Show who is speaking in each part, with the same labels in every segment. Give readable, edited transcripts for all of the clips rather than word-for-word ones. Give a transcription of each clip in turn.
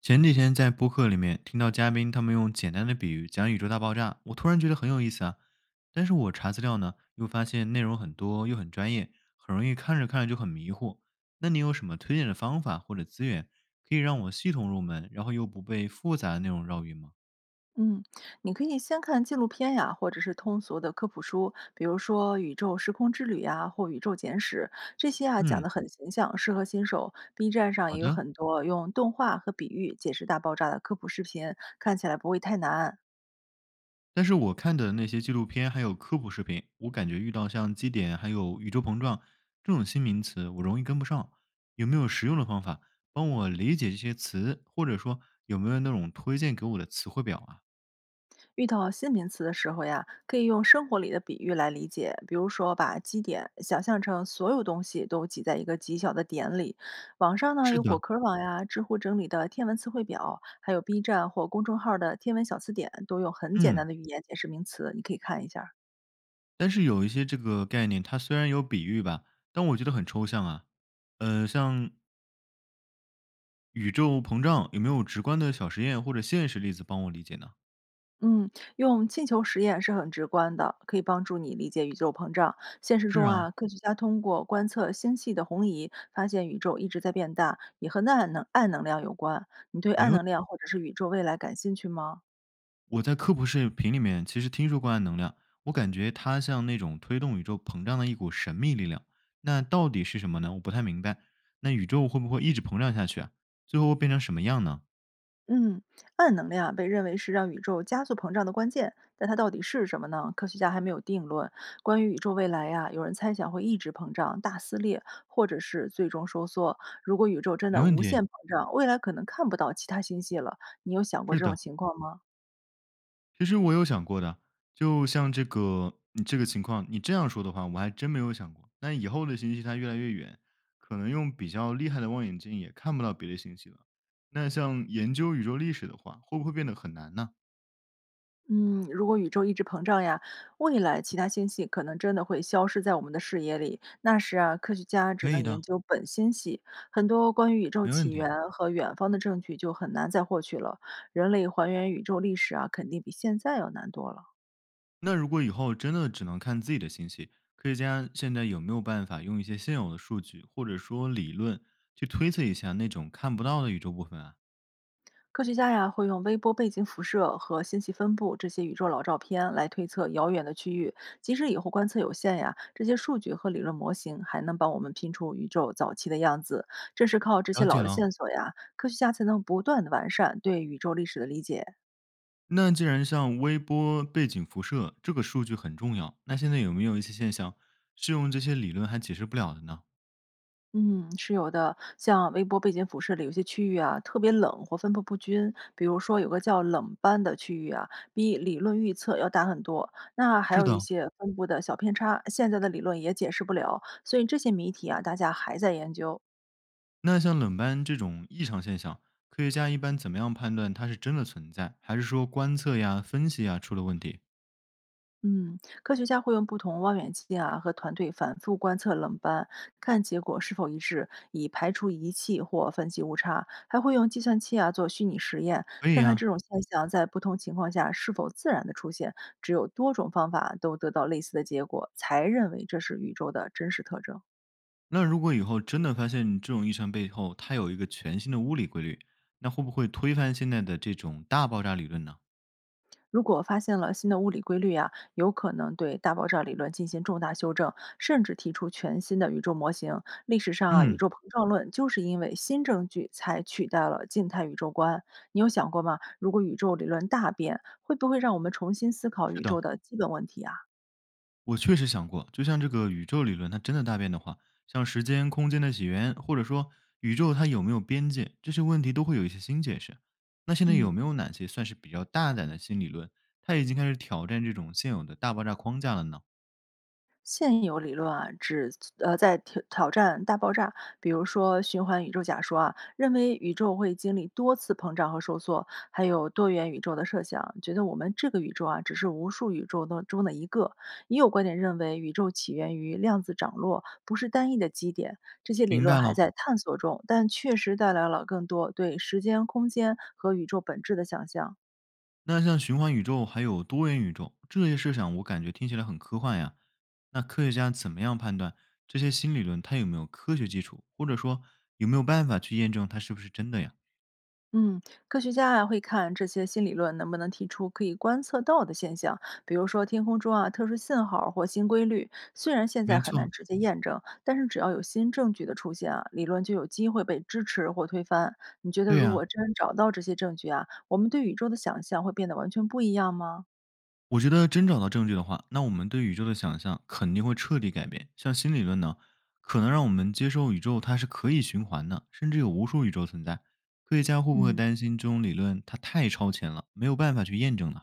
Speaker 1: 前几天在播客里面听到嘉宾他们用简单的比喻讲宇宙大爆炸，我突然觉得很有意思啊。但是我查资料呢，又发现内容很多又很专业，很容易看着看着就很迷糊。那你有什么推荐的方法或者资源，可以让我系统入门，然后又不被复杂的内容绕晕吗？
Speaker 2: 嗯，你可以先看纪录片呀，或者是通俗的科普书，比如说《宇宙时空之旅》呀，或《宇宙简史》，这些啊讲
Speaker 1: 嗯。
Speaker 2: 得很形象，适合新手。B 站上
Speaker 1: 好
Speaker 2: 也有
Speaker 1: 的。
Speaker 2: 很多用动画和比喻解释大爆炸的科普视频，看起来不会太难。
Speaker 1: 但是我看的那些纪录片还有科普视频，我感觉遇到像基点还有宇宙膨胀这种新名词，我容易跟不上。有没有实用的方法帮我理解这些词，或者说有没有那种推荐给我的词汇表啊？
Speaker 2: 遇到新名词的时候呀，可以用生活里的比喻来理解，比如说把基点想象成所有东西都挤在一个极小的点里。网上呢
Speaker 1: 是
Speaker 2: 有果
Speaker 1: 的。
Speaker 2: 壳网呀、知乎整理的天文词汇表，还有 B 站或公众号的天文小词典，都用很简单
Speaker 1: 嗯。
Speaker 2: 的语言解释名词，你可以看一下。
Speaker 1: 但是有一些这个概念，它虽然有比喻吧，但我觉得很抽象啊。像宇宙膨胀，有没有直观的小实验或者现实例子帮我理解呢？
Speaker 2: 嗯，用气球实验是很直观的，可以帮助你理解宇宙膨胀。现实
Speaker 1: 是
Speaker 2: 中
Speaker 1: 啊，
Speaker 2: 啊，科学家通过观测星系的红移，发现宇宙一直在变大，也和暗能量有关。你对暗能量或者是宇宙未来感兴趣吗？
Speaker 1: 我在科普视频里面其实听说过暗能量，我感觉它像那种推动宇宙膨胀的一股神秘力量。那到底是什么呢？我不太明白。那宇宙会不会一直膨胀下去啊？最后会变成什么样呢？
Speaker 2: 嗯，暗能量啊被认为是让宇宙加速膨胀的关键，但它到底是什么呢？科学家还没有定论。关于宇宙未来呀、有人猜想会一直膨胀、大撕裂，或者是最终收缩。如果宇宙真
Speaker 1: 没
Speaker 2: 的
Speaker 1: 问
Speaker 2: 无
Speaker 1: 题。
Speaker 2: 限膨胀，未来可能看不到其他星系了。你有想过
Speaker 1: 是
Speaker 2: 这种
Speaker 1: 的，
Speaker 2: 情况吗？
Speaker 1: 其实我有想过的。就像这个你这个情况，你这样说的话，我还真没有想过。那以后的星系它越来越远，可能用比较厉害的望远镜也看不到别的星系了。那像研究宇宙历史的话，会不会变得很难呢？
Speaker 2: 嗯，如果宇宙一直膨胀呀，未来其他星系可能真的会消失在我们的视野里。那时啊，科学家只
Speaker 1: 可
Speaker 2: 能
Speaker 1: 以
Speaker 2: 研
Speaker 1: 的。
Speaker 2: 究本星系，很多关于宇宙
Speaker 1: 没问
Speaker 2: 起
Speaker 1: 题。
Speaker 2: 源和远方的证据就很难再获取了。人类还原宇宙历史啊，肯定比现在要难多了。
Speaker 1: 那如果以后真的只能看自己的信息，科学家现在有没有办法用一些现有的数据或者说理论去推测一下那种看不到的宇宙部分啊？
Speaker 2: 科学家呀会用微波背景辐射和星系分布这些宇宙老照片来推测遥远的区域。即使以后观测有限呀，这些数据和理论模型还能帮我们拼出宇宙早期的样子。正是靠这些
Speaker 1: 了解
Speaker 2: 老的
Speaker 1: 了。
Speaker 2: 线索呀，科学家才能不断的完善对宇宙历史的理解。
Speaker 1: 那既然像微波背景辐射这个数据很重要，那现在有没有一些现象是用这些理论还解释不了的呢？
Speaker 2: 嗯，是有的。像微波背景辐射里有些区域啊，特别冷或分布不均，比如说有个叫冷斑的区域啊，比理论预测要大很多。那还
Speaker 1: 是
Speaker 2: 有一
Speaker 1: 的。
Speaker 2: 些分布的小偏差，现在的理论也解释不了。所以这些谜题啊，大家还在研究。
Speaker 1: 那像冷斑这种异常现象，科学家一般怎么样判断它是真的存在，还是说观测呀、分析呀出了问题？
Speaker 2: 嗯，科学家会用不同望远镜啊和团队反复观测冷斑，看结果是否一致，以排除仪器或分析误差。还会用计算器啊做虚拟实验，
Speaker 1: 可以
Speaker 2: 看看
Speaker 1: 呀。
Speaker 2: 这种现象在不同情况下是否自然的出现。只有多种方法都得到类似的结果，才认为这是宇宙的真实特征。
Speaker 1: 那如果以后真的发现这种异常背后，它有一个全新的物理规律，那会不会推翻现在的这种大爆炸理论呢？
Speaker 2: 如果发现了新的物理规律啊，有可能对大爆炸理论进行重大修正，甚至提出全新的宇宙模型。历史上啊，宇
Speaker 1: 嗯。
Speaker 2: 宙膨胀论就是因为新证据才取代了静态宇宙观。你有想过吗？如果宇宙理论大变，会不会让我们重新思考
Speaker 1: 是
Speaker 2: 宇宙
Speaker 1: 的，
Speaker 2: 的基本问题啊？
Speaker 1: 我确实想过，就像这个宇宙理论，它真的大变的话，像时间、空间的起源，或者说宇宙它有没有边界，这些问题都会有一些新解释。那现在
Speaker 2: 嗯。
Speaker 1: 有没有哪些算是比较大胆的新理论，它已经开始挑战这种现有的大爆炸框架了呢？
Speaker 2: 现有理论啊，只在挑战大爆炸，比如说循环宇宙假说啊，认为宇宙会经历多次膨胀和收缩，还有多元宇宙的设想，觉得我们这个宇宙啊只是无数宇宙当中的一个。也有观点认为宇宙起源于量子涨落，不是单一的基点。这些理
Speaker 1: 明
Speaker 2: 论
Speaker 1: 白
Speaker 2: 还
Speaker 1: 了。
Speaker 2: 在探索中，但确实带来了更多对时间、空间和宇宙本质的想象。
Speaker 1: 那像循环宇宙还有多元宇宙这些设想，我感觉听起来很科幻呀。那科学家怎么样判断这些新理论它有没有科学基础，或者说有没有办法去验证它是不是真的呀？
Speaker 2: 嗯，科学家啊会看这些新理论能不能提出可以观测到的现象，比如说天空中啊特殊信号儿或新规律。虽然现在
Speaker 1: 没
Speaker 2: 很难
Speaker 1: 错。
Speaker 2: 直接验证，但是只要有新证据的出现啊，理论就有机会被支持或推翻。你觉得
Speaker 1: 对
Speaker 2: 如
Speaker 1: 呀，
Speaker 2: 果真找到这些证据啊，我们对宇宙的想象会变得完全不一样吗？
Speaker 1: 我觉得真找到证据的话，那我们对宇宙的想象肯定会彻底改变。像新理论呢，可能让我们接受宇宙它是可以循环的，甚至有无数宇宙存在。科学家会不会
Speaker 2: 嗯。
Speaker 1: 担心这种理论它太超前了，没有办法去验证呢？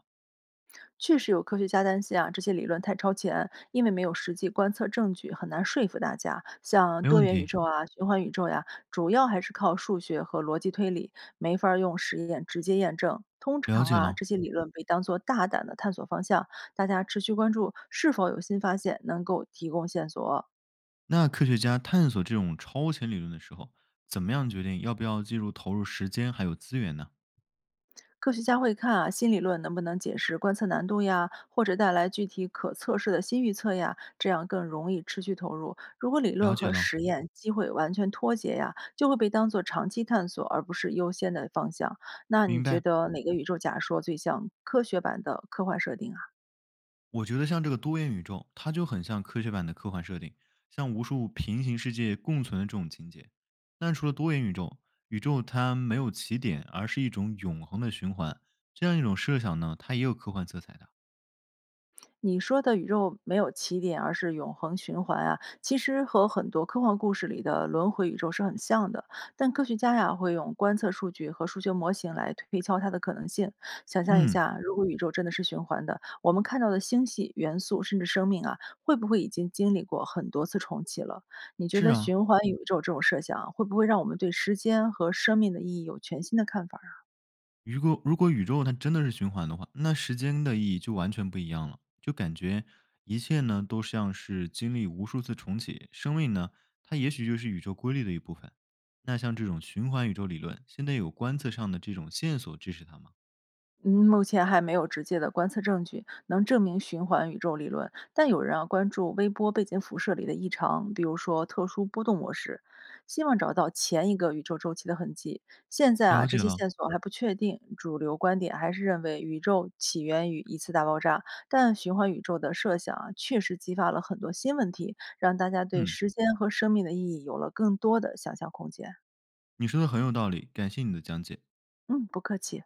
Speaker 2: 确实有科学家担心啊，这些理论太超前，因为没有实际观测证据，很难说服大家。像
Speaker 1: 没
Speaker 2: 多
Speaker 1: 问
Speaker 2: 元宇
Speaker 1: 题。
Speaker 2: 宙啊、循环宇宙呀、主要还是靠数学和逻辑推理，没法儿用实验直接验证。通
Speaker 1: 了
Speaker 2: 常
Speaker 1: 解
Speaker 2: 啊，
Speaker 1: 了。
Speaker 2: 这些理论被当作大胆的探索方向，大家持续关注是否有新发现能够提供线索。
Speaker 1: 那科学家探索这种超前理论的时候，怎么样决定要不要进入投入时间还有资源呢？
Speaker 2: 科学家会看啊，新理论能不能解释观测难度呀，或者带来具体可测试的新预测呀，这样更容易持续投入。如果理
Speaker 1: 了
Speaker 2: 论
Speaker 1: 解
Speaker 2: 和
Speaker 1: 了。
Speaker 2: 实验机会完全脱节呀，就会被当做长期探索，而不是优先的方向。那你
Speaker 1: 明
Speaker 2: 觉
Speaker 1: 白。
Speaker 2: 得哪个宇宙假说最像科学版的科幻设定啊？
Speaker 1: 我觉得像这个多元宇宙，它就很像科学版的科幻设定，像无数平行世界共存的这种情节。那除了多元宇宙，宇宙它没有起点，而是一种永恒的循环。这样一种设想呢，它也有科幻色彩的。
Speaker 2: 你说的宇宙没有起点，而是永恒循环啊，其实和很多科幻故事里的轮回宇宙是很像的。但科学家呀会用观测数据和数学模型来推敲它的可能性。想象一
Speaker 1: 嗯。
Speaker 2: 下，如果宇宙真的是循环的，我们看到的星系、元素甚至生命啊，会不会已经经历过很多次重启了？你觉
Speaker 1: 是
Speaker 2: 得
Speaker 1: 啊，
Speaker 2: 循环宇宙这种设想啊会不会让我们对时间和生命的意义有全新的看法？
Speaker 1: 如果宇宙它真的是循环的话，那时间的意义就完全不一样了，就感觉一切呢都像是经历无数次重启，生命呢它也许就是宇宙规律的一部分。那像这种循环宇宙理论，现在有观测上的这种线索支持它吗？
Speaker 2: 嗯，目前还没有直接的观测证据能证明循环宇宙理论，但有人啊关注微波背景辐射里的异常，比如说特殊波动模式，希望找到前一个宇宙周期的痕迹。现在啊，
Speaker 1: 了
Speaker 2: 这
Speaker 1: 解
Speaker 2: 些
Speaker 1: 了。
Speaker 2: 线索还不确定，主流观点还是认为宇宙起源于一次大爆炸，但循环宇宙的设想啊，确实激发了很多新问题，让大家对
Speaker 1: 嗯，
Speaker 2: 时间和生命的意义有了更多的想象空间。
Speaker 1: 你说的很有道理，感谢你的讲解。
Speaker 2: 嗯，不客气。